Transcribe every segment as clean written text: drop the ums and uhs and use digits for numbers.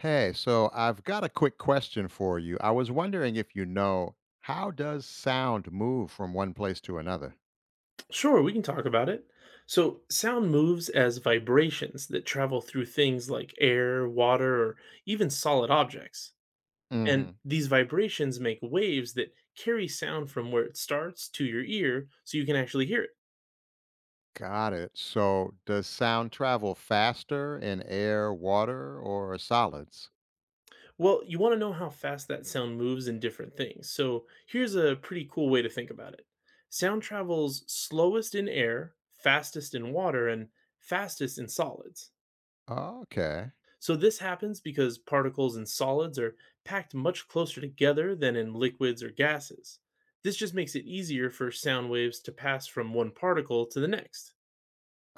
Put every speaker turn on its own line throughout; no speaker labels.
Hey, so I've got a quick question for you. I was wondering if you know how does sound move from one place to another?
Sure, we can talk about it. So, sound moves as vibrations that travel through things like air, water, or even solid objects. And
Hmm.
these vibrations make waves that carry sound from where it starts to your ear so you can actually hear it.
Got it. So does sound travel faster in air, water, or solids?
Well, you want to know how fast that sound moves in different things. So, here's a pretty cool way to think about it. Sound travels slowest in air, fastest in water, and fastest in solids.
Okay.
So this happens because particles in solids are packed much closer together than in liquids or gases. This just makes it easier for sound waves to pass from one particle to the next.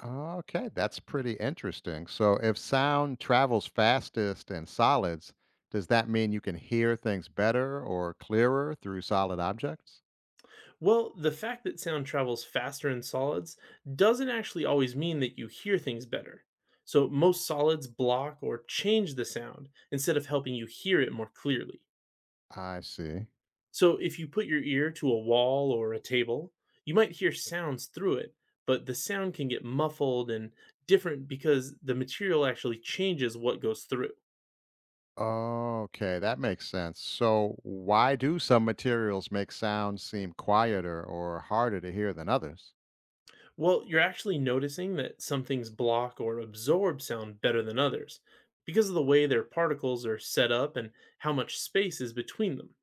Okay, that's pretty interesting. So if sound travels fastest in solids, does that mean you can hear things better or clearer through solid objects?
Well, the fact that sound travels faster in solids doesn't actually always mean that you hear things better. So most solids block or change the sound instead of helping you hear it more clearly.
I see.
So if you put your ear to a wall or a table, you might hear sounds through it, but the sound can get muffled and different because the material actually changes what goes through.
Okay, that makes sense. So, why do some materials make sounds seem quieter or harder to hear than others?
Well, you're actually noticing that some things block or absorb sound better than others because of the way their particles are set up and how much space is between them.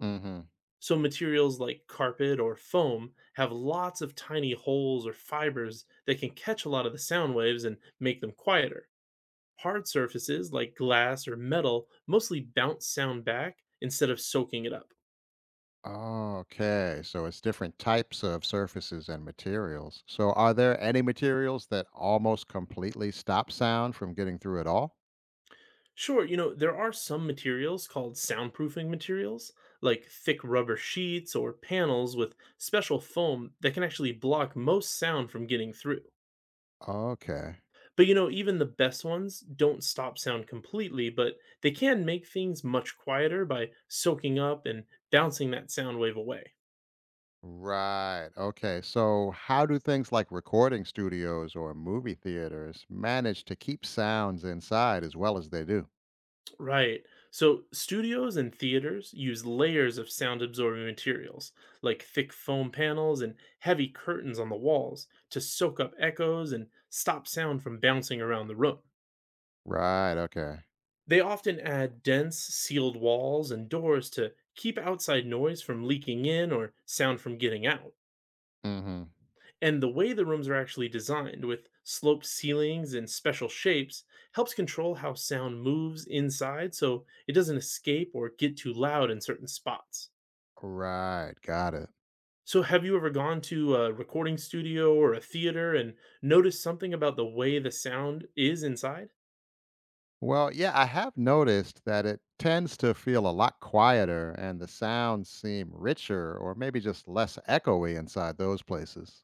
Hmm.
So, materials like carpet or foam have lots of tiny holes or fibers that can catch a lot of the sound waves and make them quieter. Hard surfaces like glass or metal mostly bounce sound back instead of soaking it up.
Okay, so it's different types of surfaces and materials. So, are there any materials that almost completely stop sound from getting through at all?
Sure, there are some materials called soundproofing materials, like thick rubber sheets or panels with special foam that can actually block most sound from getting through.
Okay,
But even the best ones don't stop sound completely, but they can make things much quieter by soaking up and bouncing that sound wave away.
right. Okay, so how do things like recording studios or movie theaters manage to keep sounds inside as well as they do?
Right. So studios and theaters use layers of sound absorbing materials, like thick foam panels and heavy curtains on the walls, to soak up echoes and stop sound from bouncing around the room.
Right, okay.
They often add dense, sealed walls and doors to keep outside noise from leaking in or sound from getting out.
Mm hmm.
And the way the rooms are actually designed, with sloped ceilings and special shapes, helps control how sound moves inside so it doesn't escape or get too loud in certain spots.
Right, got it.
So, have you ever gone to a recording studio or a theater and noticed something about the way the sound is inside?
Well, yeah, I have noticed that it tends to feel a lot quieter and the sounds seem richer or maybe just less echoey inside those places.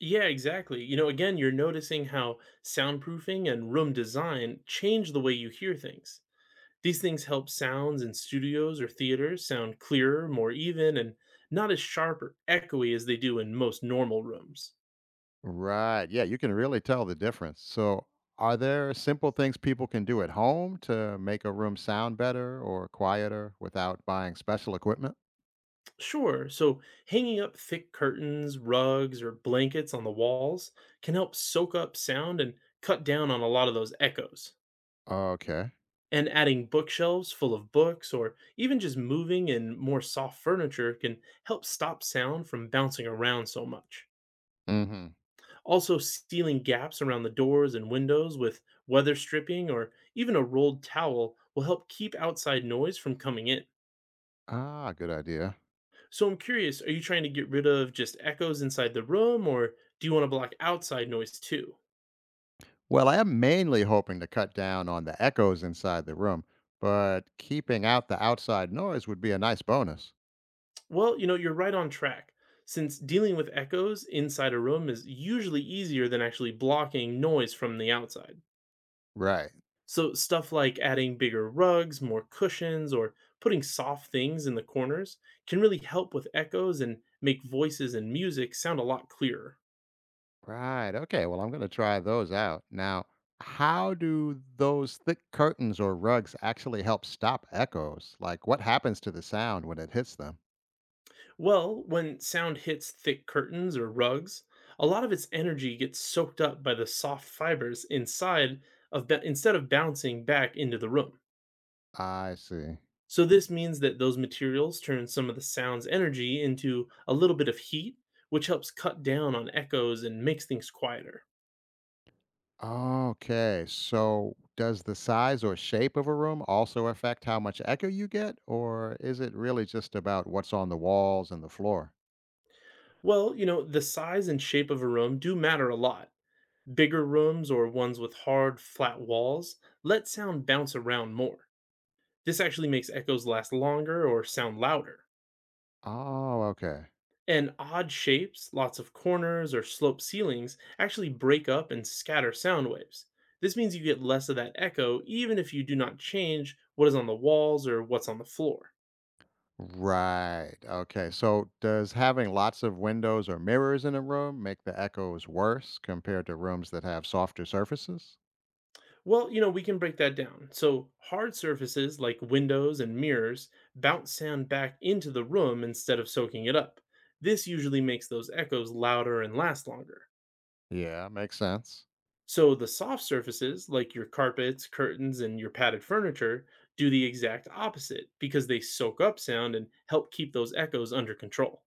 Yeah, exactly. You know, again, you're noticing how soundproofing and room design change the way you hear things. These things help sounds in studios or theaters sound clearer, more even, and not as sharp or echoey as they do in most normal rooms.
Right, yeah, you can really tell the difference. So, are there simple things people can do at home to make a room sound better or quieter without buying special equipment?
Sure, so hanging up thick curtains, rugs, or blankets on the walls can help soak up sound and cut down on a lot of those echoes.
Okay.
And adding bookshelves full of books or even just moving and more soft furniture can help stop sound from bouncing around so much.
Mhm.
Also, sealing gaps around the doors and windows with weather stripping or even a rolled towel will help keep outside noise from coming in.
Ah, good idea.
So, I'm curious, are you trying to get rid of just echoes inside the room or do you want to block outside noise too?
Well, I am mainly hoping to cut down on the echoes inside the room, but keeping out the outside noise would be a nice bonus.
Well, you're right on track. Since dealing with echoes inside a room is usually easier than actually blocking noise from the outside.
Right.
So, stuff like adding bigger rugs, more cushions, or putting soft things in the corners can really help with echoes and make voices and music sound a lot clearer.
Right. Okay. Well, I'm going to try those out. Now, how do those thick curtains or rugs actually help stop echoes? Like, what happens to the sound when it hits them?
Well, when sound hits thick curtains or rugs, a lot of its energy gets soaked up by the soft fibers inside instead of bouncing back into the room.
I see.
So this means that those materials turn some of the sound's energy into a little bit of heat, which helps cut down on echoes and makes things quieter.
Okay. So, does the size or shape of a room also affect how much echo you get, or is it really just about what's on the walls and the floor?
Well, the size and shape of a room do matter a lot. Bigger rooms or ones with hard, flat walls let sound bounce around more. This actually makes echoes last longer or sound louder.
Oh, okay.
And odd shapes, lots of corners or sloped ceilings, actually break up and scatter sound waves. This means you get less of that echo even if you do not change what is on the walls or what's on the floor.
Right. Okay. So, does having lots of windows or mirrors in a room make the echoes worse compared to rooms that have softer surfaces?
Well, we can break that down. So, hard surfaces like windows and mirrors bounce sound back into the room instead of soaking it up. This usually makes those echoes louder and last longer.
Yeah, makes sense.
So, the soft surfaces like your carpets, curtains, and your padded furniture do the exact opposite because they soak up sound and help keep those echoes under control.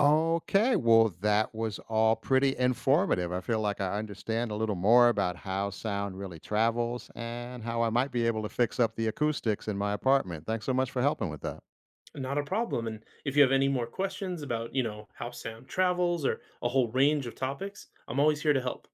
Okay. Well, that was all pretty informative. I feel like I understand a little more about how sound really travels and how I might be able to fix up the acoustics in my apartment. Thanks so much for helping with that.
Not a problem. And if you have any more questions about, you know, how sound travels or a whole range of topics, I'm always here to help.